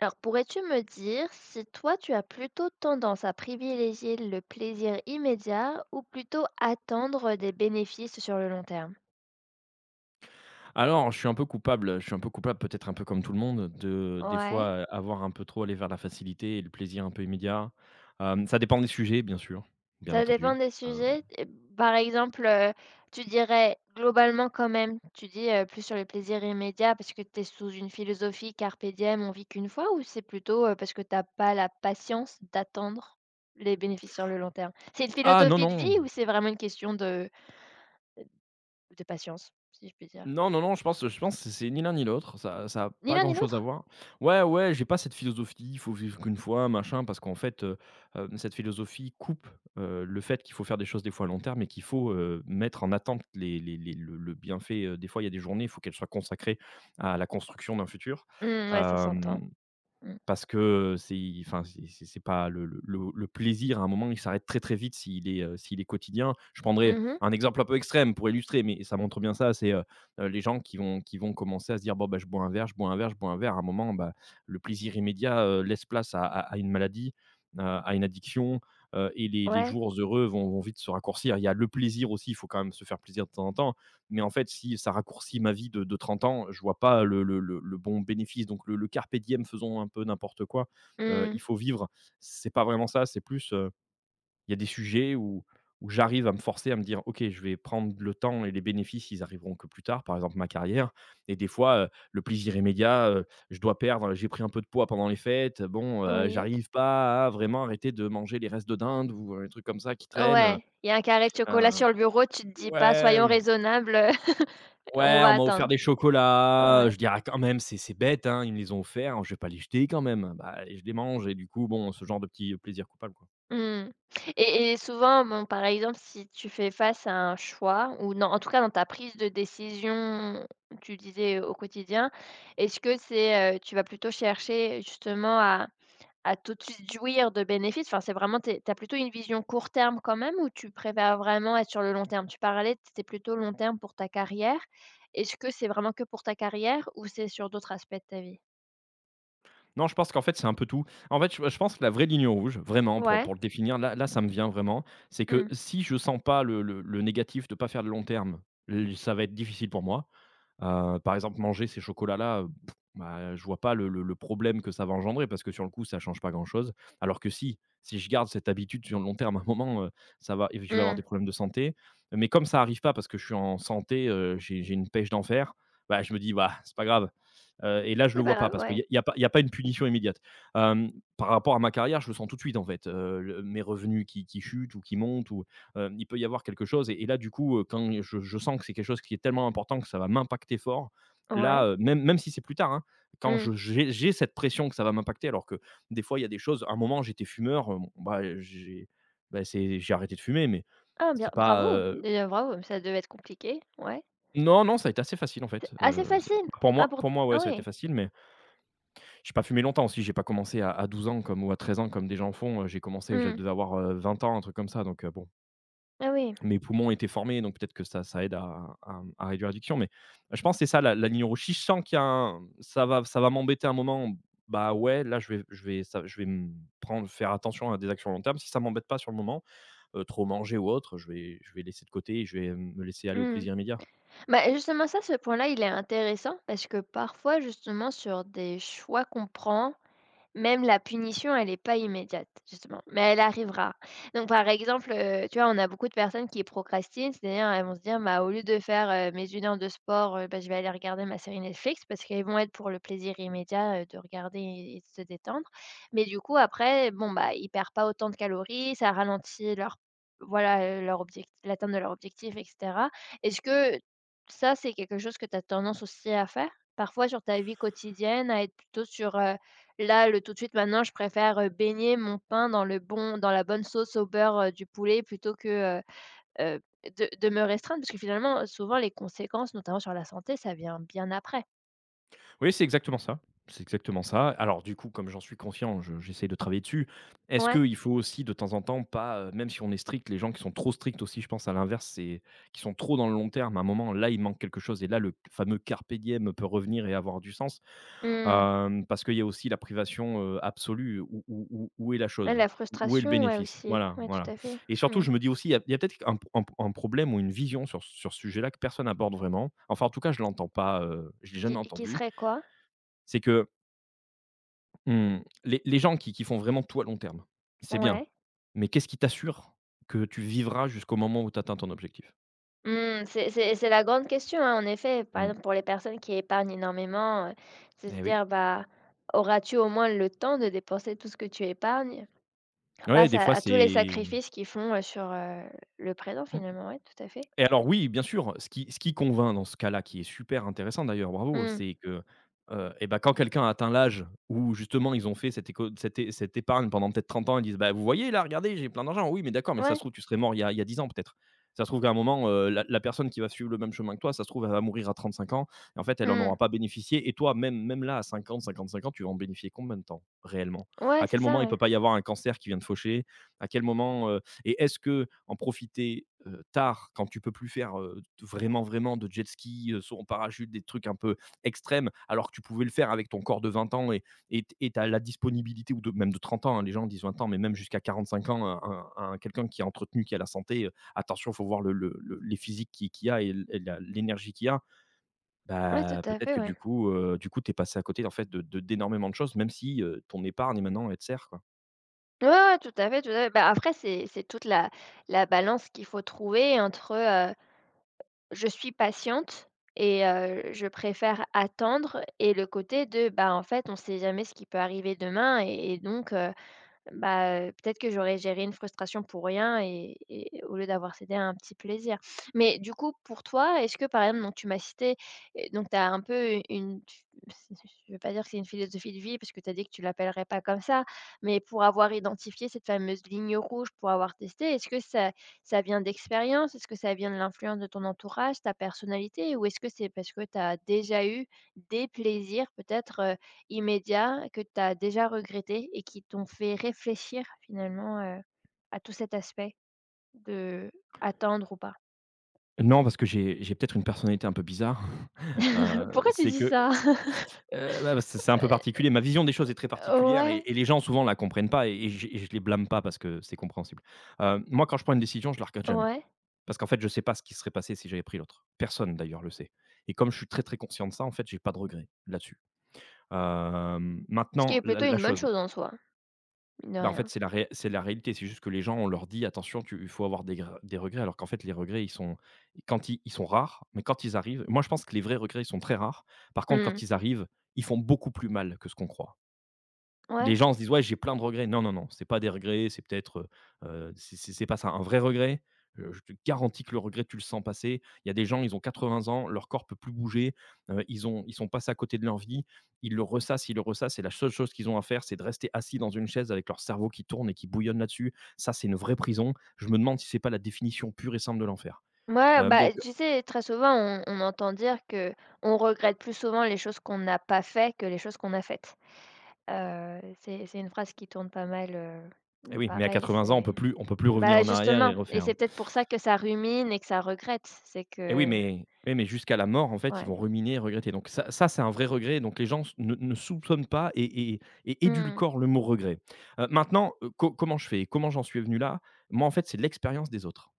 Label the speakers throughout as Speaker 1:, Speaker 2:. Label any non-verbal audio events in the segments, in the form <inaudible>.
Speaker 1: Alors, pourrais-tu me dire si toi, tu as plutôt tendance à privilégier le plaisir immédiat ou plutôt attendre des bénéfices sur le long terme?
Speaker 2: Je suis un peu coupable, je suis un peu coupable, peut-être un peu comme tout le monde, de des
Speaker 1: Ouais,
Speaker 2: fois, avoir un peu trop aller vers la facilité et le plaisir un peu immédiat. Ça dépend des sujets, bien sûr, bien
Speaker 1: ça
Speaker 2: entendu.
Speaker 1: dépend des
Speaker 2: Hem
Speaker 1: sujets. Et par exemple, tu dirais globalement quand même, tu dis plus sur le plaisir immédiat parce que tu es sous une philosophie carpe diem, on vit qu'une fois, ou c'est plutôt parce que t'as pas la patience d'attendre les bénéfices sur le long terme? C'est une
Speaker 2: Ah non,
Speaker 1: philosophie de
Speaker 2: non!
Speaker 1: vie ou c'est vraiment une question de patience, si je puis dire?
Speaker 2: Non, non, non, je pense c'est ni l'un ni l'autre, ça a
Speaker 1: Ni
Speaker 2: pas
Speaker 1: l'un ni
Speaker 2: grand-chose à
Speaker 1: l'autre.
Speaker 2: voir. Ouais, ouais, j'ai pas cette philosophie, il faut vivre qu'une fois, machin, parce qu'en fait, cette philosophie coupe, le fait qu'il faut faire des choses des fois à long terme et qu'il faut, mettre en attente les le bienfait, des fois il y a des journées, il faut qu'elles soient consacrées à la construction d'un futur.
Speaker 1: Mmh, ouais, ça s'entend. Mmh.
Speaker 2: Parce que c'est enfin, c'est pas le plaisir, à un moment, il s'arrête très, très vite s'il est quotidien. Je prendrai
Speaker 1: Mmh mh.
Speaker 2: un exemple un peu extrême pour illustrer, mais ça montre bien ça, c'est, les gens qui vont commencer à se dire: «Bon, bah, je bois un verre, je bois un verre, je bois un verre». À un moment, bah, le plaisir immédiat, laisse place à une maladie, à une addiction, et les
Speaker 1: Ouais.
Speaker 2: jours heureux vont vite se raccourcir. Il y a le plaisir aussi, il faut quand même se faire plaisir de temps en temps, mais en fait, si ça raccourcit ma vie de 30 ans, je vois pas le bon bénéfice. Donc le carpe diem, faisons un peu n'importe quoi, il
Speaker 1: Mmh.
Speaker 2: faut vivre. C'est pas vraiment ça, c'est plus, il y a des sujets où j'arrive à me forcer à me dire: «OK, je vais prendre le temps et les bénéfices, ils arriveront que plus tard», par exemple ma carrière et des fois, le plaisir immédiat, je dois perdre, j'ai pris un peu de poids pendant les fêtes, bon,
Speaker 1: Oui.
Speaker 2: j'arrive pas à vraiment arrêter de manger les restes de dinde ou, un truc comme ça qui traîne.
Speaker 1: Ouais, il y a un carré de chocolat sur le bureau, tu te dis pas:
Speaker 2: Ouais.
Speaker 1: «Soyons raisonnables, <laughs> on
Speaker 2: Ouais,
Speaker 1: va
Speaker 2: on m'a offert
Speaker 1: attendre».
Speaker 2: des chocolats,
Speaker 1: Ouais.
Speaker 2: je dis: «Ah quand même, c'est bête, hein, ils me les ont offerts, hein, je vais pas les jeter quand même». Bah, et je les mange et du coup, bon, ce genre de petit plaisir coupables, quoi.
Speaker 1: Mmh, et souvent, bon, par exemple, si tu fais face à un choix ou non, en tout cas dans ta prise de décision, tu disais au quotidien, est-ce que c'est, tu vas plutôt chercher justement à tout de suite jouir de bénéfices, enfin, c'est vraiment tu as plutôt une vision court terme quand même ou tu préfères vraiment être sur le long terme? Tu parlais, c'était plutôt long terme pour ta carrière. Est-ce que c'est vraiment que pour ta carrière ou c'est sur d'autres aspects de ta vie?
Speaker 2: Non, je pense qu'en fait, c'est un peu tout. En fait, je pense que la vraie ligne rouge, vraiment, pour
Speaker 1: Ouais.
Speaker 2: pour le définir, là, ça me vient vraiment, c'est que
Speaker 1: Mmh.
Speaker 2: si je sens pas le négatif de pas faire de long terme, l ça va être difficile pour moi. Par exemple, manger ces chocolats-là, bah, je vois pas le problème que ça va engendrer parce que sur le coup, ça change pas grand-chose. Alors que si je garde cette habitude sur le long terme, à un moment, ça va je vais avoir
Speaker 1: Mmh.
Speaker 2: des problèmes de santé. Mais comme ça arrive pas parce que je suis en santé, j'ai une pêche d'enfer, bah, je me dis: «Bah, c'est pas grave, et là, je le
Speaker 1: C'est pas
Speaker 2: vois pas
Speaker 1: grave,
Speaker 2: parce qu'
Speaker 1: ouais.
Speaker 2: y a pas une punition immédiate. Euh, Par rapport à ma carrière, je le sens tout de suite en fait. Mes revenus qui chutent ou qui montent, ou il peut y avoir quelque chose. Et là, du coup, quand je sens que c'est quelque chose qui est tellement important que ça va m'impacter fort, là,
Speaker 1: Ouais.
Speaker 2: même si c'est plus tard, hein,
Speaker 1: Mmh.
Speaker 2: j'ai cette pression que ça va m'impacter, alors que des fois, il y a des choses. À un moment, j'étais fumeur, bon, bah, j'ai arrêté de fumer, mais
Speaker 1: Ah bien,
Speaker 2: c'est pas.
Speaker 1: bravo, déjà bravo, ça devait être compliqué, ouais.
Speaker 2: Non, non, ça a été assez facile en
Speaker 1: C'est,
Speaker 2: fait.
Speaker 1: ah, facile?
Speaker 2: Pour
Speaker 1: Ah
Speaker 2: moi,
Speaker 1: pour,
Speaker 2: pour moi, ouais,
Speaker 1: ah
Speaker 2: ça a été
Speaker 1: oui?
Speaker 2: facile, mais j'ai pas fumé longtemps aussi, j'ai pas commencé à 12 ans comme ou à 13 ans comme des gens font, j'ai commencé, je
Speaker 1: Mmh.
Speaker 2: devais avoir, 20 ans, un truc comme ça donc bon,
Speaker 1: Ah oui.
Speaker 2: mes poumons étaient formés donc peut-être que ça aide à réduire l'addiction mais je pense que c'est ça la ligne rouge. Si je sens qu'il y a un ça va m'embêter un moment, bah, ouais, là je vais ça je vais me prendre faire attention à des actions à long terme. Si ça m'embête pas sur le moment, trop manger ou autre, je vais laisser de côté et je vais me laisser aller au
Speaker 1: Mmh.
Speaker 2: plaisir immédiat.
Speaker 1: Bah, justement ça, ce point-là, il est intéressant parce que parfois justement sur des choix qu'on prend. Même la punition, elle n'est pas immédiate, justement, mais elle arrivera. Donc par exemple, tu vois, on a beaucoup de personnes qui procrastinent, c'est-à-dire elles vont se dire: «Bah, au lieu de faire, mes 1 heure de sport, bah, je vais aller regarder ma série Netflix» parce qu'elles vont être pour le plaisir immédiat, de regarder et de se détendre. Mais du coup après, bon, bah, ils perdent pas autant de calories, ça ralentit leur objectif, l'atteinte de leur objectif et cetera. Est-ce que ça, c'est quelque chose que tu as tendance aussi à faire? Parfois sur ta vie quotidienne, à être plutôt sur, là, le tout de suite maintenant, je préfère, baigner mon pain dans le bon dans la bonne sauce au beurre, du poulet plutôt que, heu, de me restreindre parce que finalement, souvent les conséquences, notamment sur la santé, ça vient bien après.
Speaker 2: Oui, c'est exactement ça. C'est exactement ça. Alors du coup, comme j'en suis confiant, je j'essaye de travailler dessus. Est-ce
Speaker 1: Ouais.
Speaker 2: qu'il faut aussi de temps en temps pas, même si on est strict, les gens qui sont trop stricts aussi, je pense à l'inverse, c'est qui sont trop dans le long terme, à un moment, là, il manque quelque chose et là, le fameux carpe diem peut revenir et avoir du sens.
Speaker 1: Mmh.
Speaker 2: Parce qu'il y a aussi la privation, absolue. Où est la
Speaker 1: Ouais,
Speaker 2: chose?
Speaker 1: la
Speaker 2: Où est le
Speaker 1: frustration, ouais,
Speaker 2: bénéfice?
Speaker 1: aussi.
Speaker 2: Voilà,
Speaker 1: Ouais, tout
Speaker 2: voilà
Speaker 1: à fait.
Speaker 2: et surtout,
Speaker 1: Mmh.
Speaker 2: je me dis aussi, il y a peut-être un problème ou une vision sur ce sujet-là que personne n'aborde vraiment. Enfin, en tout cas, je l'entends pas, je l'ai
Speaker 1: Qui
Speaker 2: jamais
Speaker 1: qui
Speaker 2: entendu
Speaker 1: serait quoi?
Speaker 2: c'est que, mmh, les gens qui font vraiment tout à long terme, c'est bien.
Speaker 1: Ouais.
Speaker 2: Mais qu'est-ce qui t'assure que tu vivras jusqu'au moment où tu atteins ton objectif?
Speaker 1: Mmh, c'est la grande question, hein, en effet. Par
Speaker 2: Mmh,
Speaker 1: exemple, pour les personnes qui épargnent énormément, c'est de
Speaker 2: eh oui.
Speaker 1: dire, bah, auras-tu au moins le temps de dépenser tout ce que tu épargnes?
Speaker 2: Ouais,
Speaker 1: Face
Speaker 2: des
Speaker 1: à
Speaker 2: fois,
Speaker 1: à tous les
Speaker 2: c'est
Speaker 1: sacrifices qu'ils font, sur, le présent
Speaker 2: mmh.
Speaker 1: finalement, ouais, tout à fait.
Speaker 2: Et alors oui, bien sûr, ce qui convainc dans ce cas-là, qui est super intéressant d'ailleurs, bravo,
Speaker 1: Mmh.
Speaker 2: c'est que, et ben quand quelqu'un a atteint l'âge où justement ils ont fait cette éco cette é cette épargne pendant peut-être 30 ans, ils disent: «Bah, vous voyez là, regardez, j'ai plein d'argent». Oui, mais d'accord, mais ça se
Speaker 1: Ouais.
Speaker 2: trouve, tu serais mort il y a 10 ans peut-être. Ça se trouve qu'à un moment, la personne qui va suivre le même chemin que toi, ça se trouve, elle va mourir à 35 ans et en fait, elle n'en
Speaker 1: Mmh.
Speaker 2: aura pas bénéficié et toi, même là, à 55 ans, tu vas en bénéficier combien de temps réellement?
Speaker 1: Ouais,
Speaker 2: À
Speaker 1: c'est
Speaker 2: quel moment
Speaker 1: ça,
Speaker 2: il peut
Speaker 1: ouais.
Speaker 2: pas y avoir un cancer qui vient de faucher? À quel moment, et est-ce que en profiter tard, quand tu peux plus faire vraiment, vraiment de jet ski, saut en parachute, des trucs un peu extrêmes, alors que tu pouvais le faire avec ton corps de 20 ans et et t- la disponibilité, même de 30 ans, hein, les gens disent 20 ans, mais même jusqu'à 45 ans, quelqu'un qui est entretenu, qui a la santé, attention, il faut voir les physiques qu'il y a et l'énergie qu'il y a,
Speaker 1: Ouais, tout
Speaker 2: bah,
Speaker 1: à
Speaker 2: peut-être
Speaker 1: fait,
Speaker 2: que
Speaker 1: ouais.
Speaker 2: du coup, tu es passé à côté en fait, d'énormément choses, même si ton épargne maintenant, elle te sert. Quoi.
Speaker 1: Ouais, ouais, tout à fait, tout à fait. Bah, après c'est toute la balance qu'il faut trouver entre, je suis patiente et je préfère attendre et le côté de, bah, en fait, on sait jamais ce qui peut arriver demain et donc, bah, peut-être que j'aurais géré une frustration pour rien et au lieu d'avoir cédé à un petit plaisir. Mais du coup, pour toi, est-ce que par exemple, donc tu m'as cité, donc tu as un peu une tu c'est je ne veux pas dire que c'est une philosophie de vie parce que tu as dit que tu l'appellerais pas comme ça, mais pour avoir identifié cette fameuse ligne rouge, pour avoir testé, est-ce que ça vient d'expérience? Est-ce que ça vient de l'influence de ton entourage, ta personnalité? Ou est-ce que c'est parce que tu as déjà eu des plaisirs peut-être immédiats que tu as déjà regrettés et qui t'ont fait réfléchir finalement, à tout cet aspect de attendre ou pas?
Speaker 2: Non, parce que j'ai peut-être une personnalité un peu bizarre.
Speaker 1: <laughs> Pourquoi tu
Speaker 2: C'est
Speaker 1: dis
Speaker 2: que,
Speaker 1: ça? <laughs>
Speaker 2: bah, c'est un peu
Speaker 1: Heu,
Speaker 2: particulier. Ma vision des choses est très particulière et
Speaker 1: ouais,
Speaker 2: et les gens souvent la comprennent pas et je les blâme pas parce que c'est compréhensible. Moi quand je prends une décision, je la regrette jamais.
Speaker 1: ouais.
Speaker 2: Parce qu'en fait, je sais pas ce qui serait passé si j'avais pris l'autre. Personne d'ailleurs le sait et comme je suis très, très conscient de ça, en fait, j'ai pas de regret là-dessus.
Speaker 1: Ce qui
Speaker 2: Maintenant
Speaker 1: est
Speaker 2: la
Speaker 1: plutôt
Speaker 2: la
Speaker 1: une bonne
Speaker 2: chose
Speaker 1: chose en soi, mine de
Speaker 2: Bah, en fait,
Speaker 1: rien.
Speaker 2: c'est la réalité. C'est juste que les gens, on leur dit: «Attention, tu il faut avoir des regrets», alors qu'en fait, les regrets, ils sont quand ils sont rares, mais quand ils arrivent moi, je pense que les vrais regrets, ils sont très rares. Par contre, quand
Speaker 1: Mmh.
Speaker 2: ils arrivent, ils font beaucoup plus mal que ce qu'on croit. Les
Speaker 1: Ouais.
Speaker 2: gens se disent: «Ouais, j'ai plein de regrets». Non, non, non, c'est pas des regrets, c'est peut-être, heu c'est pas ça. Un vrai regret, je te garantis que le regret, tu le sens passer. Il y a des gens, ils ont 80 ans, leur corps peut plus bouger, ils sont passés à côté de leur vie, ils le ressassent et la seule chose qu'ils ont à faire, c'est de rester assis dans une chaise avec leur cerveau qui tourne et qui bouillonne là-dessus. Ça, c'est une vraie prison. Je me demande si c'est pas la définition pure et simple de l'enfer.
Speaker 1: Ouais,
Speaker 2: Heu,
Speaker 1: bah,
Speaker 2: donc,
Speaker 1: tu sais, très souvent on entend dire que on regrette plus souvent les choses qu'on n'a pas fait que les choses qu'on a faites. C'est une phrase qui tourne pas mal,
Speaker 2: eh
Speaker 1: mmh,
Speaker 2: oui, mais à
Speaker 1: pareil,
Speaker 2: 80 ans, on peut
Speaker 1: c'est.
Speaker 2: plus on peut plus revenir
Speaker 1: Bah,
Speaker 2: en arrière et
Speaker 1: justement et
Speaker 2: refaire, hein.
Speaker 1: c'est peut-être pour ça que ça rumine et que ça regrette, c'est
Speaker 2: Et
Speaker 1: que
Speaker 2: oui, mais jusqu'à la mort, en fait, ils
Speaker 1: ouais.
Speaker 2: vont ruminer et regretter. Donc ça ça, c'est un vrai regret. Donc les gens s ne ne soupçonnent pas et
Speaker 1: Mmh.
Speaker 2: édulcorent le mot regret. Maintenant, co comment je fais? Comment j'en suis venu là? Moi, en fait, c'est l'expérience des autres.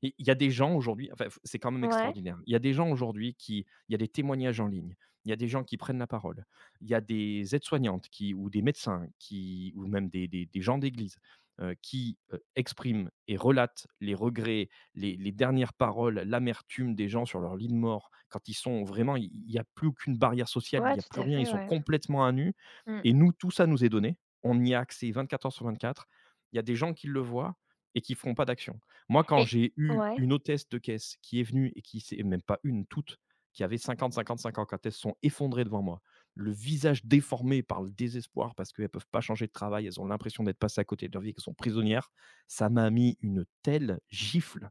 Speaker 2: Il y a des gens aujourd'hui, enfin, c'est quand même
Speaker 1: Ouais.
Speaker 2: extraordinaire. Il y a des gens aujourd'hui qui il y a des témoignages en ligne, il y a des gens qui prennent la parole, il y a des aides-soignantes qui ou des médecins qui ou même des gens d'église, qui, expriment et relatent les regrets, les dernières paroles, l'amertume des gens sur leur lit de mort, quand ils sont vraiment il n'y a plus aucune barrière sociale, il
Speaker 1: Ouais,
Speaker 2: n'y a
Speaker 1: tout
Speaker 2: plus
Speaker 1: à
Speaker 2: rien, ils
Speaker 1: fait,
Speaker 2: sont
Speaker 1: ouais.
Speaker 2: complètement à nu
Speaker 1: Mmh
Speaker 2: et nous, tout ça nous est donné. On y a accès 24 heures sur 24. Il y a des gens qui le voient et qui ne feront pas d'action. Moi, quand
Speaker 1: et
Speaker 2: j'ai eu
Speaker 1: ouais.
Speaker 2: une hôtesse de caisse qui est venue et qui s'est même pas une, toutes, qui avaient 50, 55 ans, quand elles se sont effondrées devant moi, le visage déformé par le désespoir parce qu'elles ne peuvent pas changer de travail, elles ont l'impression d'être passées à côté de leur vie, qu'elles sont prisonnières, ça m'a mis une telle gifle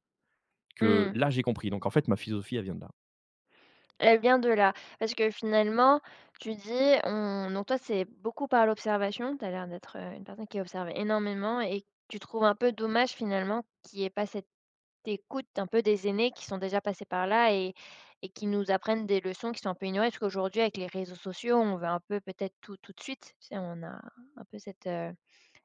Speaker 2: que
Speaker 1: Mmh.
Speaker 2: là, j'ai compris. Donc en fait, ma philosophie, elle vient de là.
Speaker 1: Elle vient de là. Parce que finalement, tu dis on donc toi, c'est beaucoup par l'observation, tu as l'air d'être, une personne qui observe énormément et tu trouves un peu dommage finalement qu'il y ait pas cette. T'écoutes un peu des aînés qui sont déjà passés par là et qui nous apprennent des leçons qui sont un peu ignorées, parce qu'aujourd'hui avec les réseaux sociaux, on veut un peu peut-être tout, tout de suite. Tu sais, on a un peu cette, heu,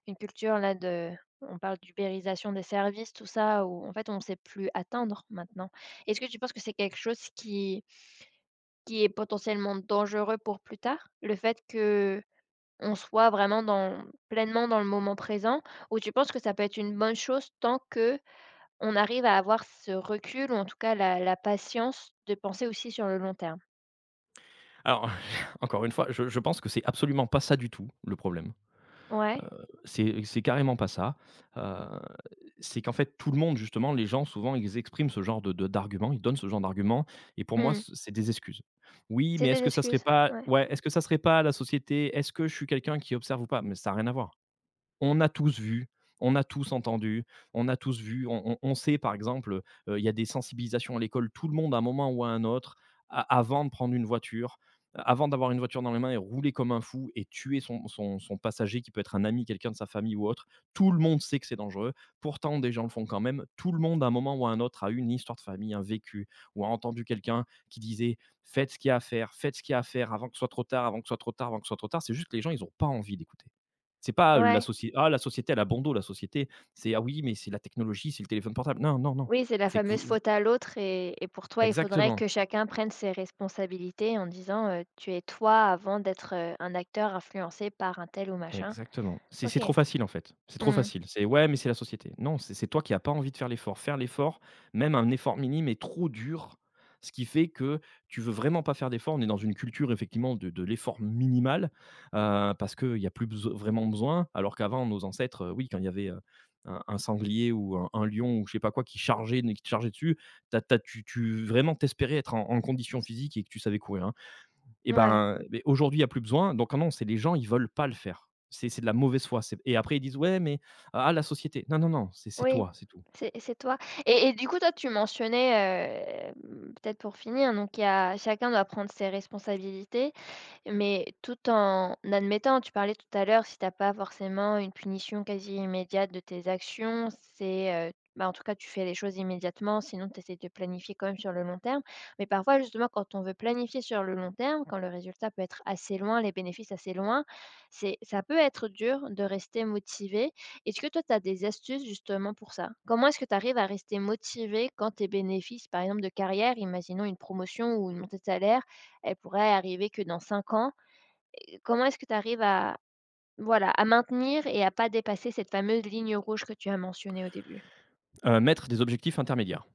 Speaker 1: une culture là de on parle d'ubérisation des services, tout ça, où en fait on ne sait plus attendre maintenant. Est-ce que tu penses que c'est quelque chose qui est potentiellement dangereux pour plus tard? Le fait que on soit vraiment dans pleinement dans le moment présent, ou tu penses que ça peut être une bonne chose tant que on arrive à avoir ce recul ou en tout cas la patience de penser aussi sur le long terme.
Speaker 2: Alors, <laughs> encore une fois, je pense que c'est absolument pas ça du tout, le problème.
Speaker 1: Ouais.
Speaker 2: C'est carrément pas ça. Heu, c'est qu'en fait, tout le monde justement, les gens souvent, ils expriment ce genre de d'arguments, ils donnent ce genre d'arguments et pour moi,
Speaker 1: Mmh.
Speaker 2: c'est des excuses. «Oui,
Speaker 1: C'est
Speaker 2: mais est-ce
Speaker 1: des
Speaker 2: que ça serait
Speaker 1: excuses?
Speaker 2: pas»
Speaker 1: Ouais.
Speaker 2: ouais, «Est-ce que ça serait pas la société? Est-ce que je suis quelqu'un qui observe ou pas?» mais ça a rien à voir. On a tous vu, on a tous entendu, on a tous vu, on sait par exemple, il y a des sensibilisations à l'école, tout le monde à un moment ou à un autre, a avant de prendre une voiture, avant d'avoir une voiture dans les mains et rouler comme un fou et tuer son passager qui peut être un ami, quelqu'un de sa famille ou autre, tout le monde sait que c'est dangereux. Pourtant des gens le font quand même. Tout le monde à un moment ou à un autre a eu une histoire de famille, un vécu ou a entendu quelqu'un qui disait: «Faites ce qu'il y a à faire, faites ce qu'il y a à faire avant que ce soit trop tard, avant que ce soit trop tard, avant que ce soit trop tard». C'est juste que les gens ils n'ont pas envie d'écouter. C'est pas la
Speaker 1: Ouais.
Speaker 2: société. «Ah la société elle a bon dos, la société». C'est: «Ah oui, mais c'est la technologie, c'est le téléphone portable». Non, non, non,
Speaker 1: Oui, c'est la
Speaker 2: c'est que vous
Speaker 1: fameuse
Speaker 2: vous
Speaker 1: faute à l'autre et pour toi, il faudrait que
Speaker 2: exactement.
Speaker 1: chacun prenne ses responsabilités en disant, «Tu es toi avant d'être, un acteur influencé par un tel ou machin».
Speaker 2: Exactement. C'est
Speaker 1: OK.
Speaker 2: trop facile, en fait. C'est trop
Speaker 1: Mmh.
Speaker 2: facile. C'est: «Ouais, mais c'est la société». Non, c'est toi qui as pas envie de faire l'effort. Faire l'effort, même un effort minime est trop dur, ce qui fait que tu veux vraiment pas faire d'effort. On est dans une culture effectivement de l'effort minimal, parce qu'il n'y a plus beso vraiment besoin, alors qu'avant nos ancêtres, oui, quand il y avait, un sanglier ou un lion ou je sais pas quoi qui chargeait, qui te chargeait dessus, tu as tu tu vraiment t'espérais être en condition physique et que tu savais courir, hein. Et
Speaker 1: Ouais.
Speaker 2: ben, aujourd'hui, il y a plus besoin, donc ah non, c'est les gens, ils veulent pas le faire. C'est de la mauvaise foi, c'est et après ils disent: «Ouais, mais ah ah, la société». Non, non, non, c'est
Speaker 1: Oui.
Speaker 2: toi, c'est tout.
Speaker 1: C'est toi et du coup, toi, tu mentionnais, peut-être pour finir, donc il y a chacun doit prendre ses responsabilités. Mais tout en admettant, tu parlais tout à l'heure, si t'as pas forcément une punition quasi immédiate de tes actions, c'est, bah, en tout cas, tu fais les choses immédiatement, sinon tu essaies de planifier quand même sur le long terme. Mais parfois, justement, quand on veut planifier sur le long terme, quand le résultat peut être assez loin, les bénéfices assez loin, c'est ça peut être dur de rester motivé. Est-ce que toi, tu as des astuces justement pour ça? Comment est-ce que tu arrives à rester motivé quand tes bénéfices, par exemple, de carrière, imaginons une promotion ou une montée de salaire, elle pourrait arriver que dans 5 ans. Comment est-ce que tu arrives à maintenir et à pas dépasser cette fameuse ligne rouge que tu as mentionnée au début?
Speaker 2: Mettre des objectifs intermédiaires.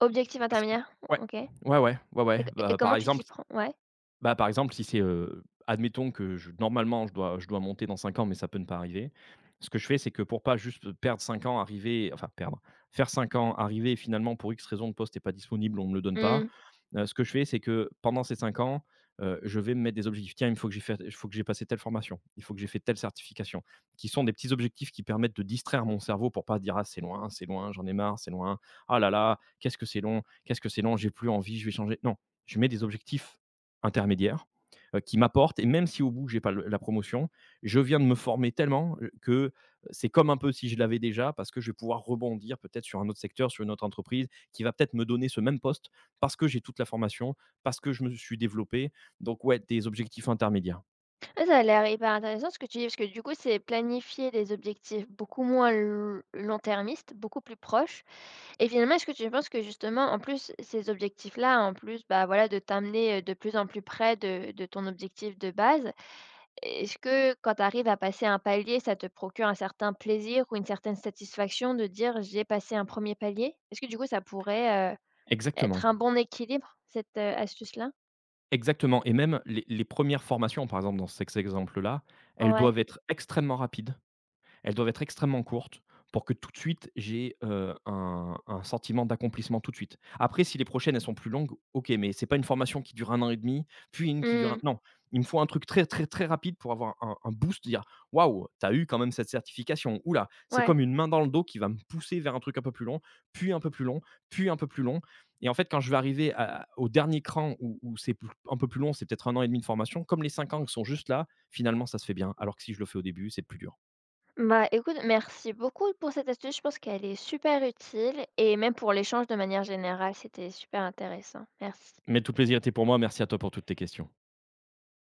Speaker 1: Objectif
Speaker 2: Parce que
Speaker 1: intermédiaire?
Speaker 2: ouais,
Speaker 1: OK. Et
Speaker 2: ouais, ouais, ouais, ouais,
Speaker 1: et
Speaker 2: bah, par
Speaker 1: comment tu
Speaker 2: exemple
Speaker 1: t'y prends? Ouais.
Speaker 2: Bah, par exemple, si c'est, admettons que je normalement, je dois monter dans 5 ans, mais ça peut ne pas arriver. Ce que je fais, c'est que pour pas juste perdre 5 ans, arriver enfin perdre, faire 5 ans, arriver et finalement pour X raison, de poste est pas disponible, on me le donne pas.
Speaker 1: Mmh.
Speaker 2: Ce que je fais, c'est que pendant ces 5 ans, je vais me mettre des objectifs. Tiens, il faut que j'ai fait il faut que j'ai passé telle formation, il faut que j'ai fait telle certification, qui sont des petits objectifs qui permettent de distraire mon cerveau pour pas dire: «Ah c'est loin, j'en ai marre, c'est loin. Ah là là, qu'est-ce que c'est long, qu'est-ce que c'est long, j'ai plus envie, je vais changer». Non, je mets des objectifs intermédiaire qui m'apporte. Et même si au bout, j'ai pas la promotion, je viens de me former tellement que c'est comme un peu si je l'avais déjà parce que je vais pouvoir rebondir peut-être sur un autre secteur, sur une autre entreprise qui va peut-être me donner ce même poste parce que j'ai toute la formation, parce que je me suis développé. Donc, ouais, des objectifs intermédiaires.
Speaker 1: Ouais, ça a l'air hyper intéressant ce que tu dis, parce que du coup, c'est planifier des objectifs beaucoup moins long-termistes, beaucoup plus proches. Et finalement, est-ce que tu penses que justement, en plus, ces objectifs-là, en plus, bah voilà, de t'amener de plus en plus près de ton objectif de base, est-ce que quand tu arrives à passer un palier, ça te procure un certain plaisir ou une certaine satisfaction de dire j'ai passé un premier palier? Est-ce que du coup, ça pourrait
Speaker 2: Exactement.
Speaker 1: être un bon équilibre, cette astuce-là?
Speaker 2: Exactement. Et même les premières formations, par exemple, dans cet exemple-là, elles
Speaker 1: Ouais.
Speaker 2: doivent être extrêmement rapides, elles doivent être extrêmement courtes pour que tout de suite j'ai, un sentiment d'accomplissement tout de suite. Après si les prochaines elles sont plus longues, OK, mais c'est pas une formation qui dure un an et demi, puis une qui dure
Speaker 1: Hmm.
Speaker 2: un non, il me faut un truc très, très, très rapide pour avoir un boost, dire: «Waouh, t'as eu quand même cette certification. Oula, c'est
Speaker 1: Ouais.
Speaker 2: comme une main dans le dos qui va me pousser vers un truc un peu plus long, puis un peu plus long, puis un peu plus long» et en fait quand je vais arriver à au dernier cran où c'est plus un peu plus long, c'est peut-être un an et demi de formation, comme les 5 ans qui sont juste là, finalement ça se fait bien, alors que si je le fais au début, c'est plus dur.
Speaker 1: Bah, écoute, merci beaucoup pour cette astuce. Je pense qu'elle est super utile et même pour l'échange de manière générale, c'était super intéressant. Merci.
Speaker 2: Mais tout plaisir était pour moi. Merci à toi pour toutes tes questions.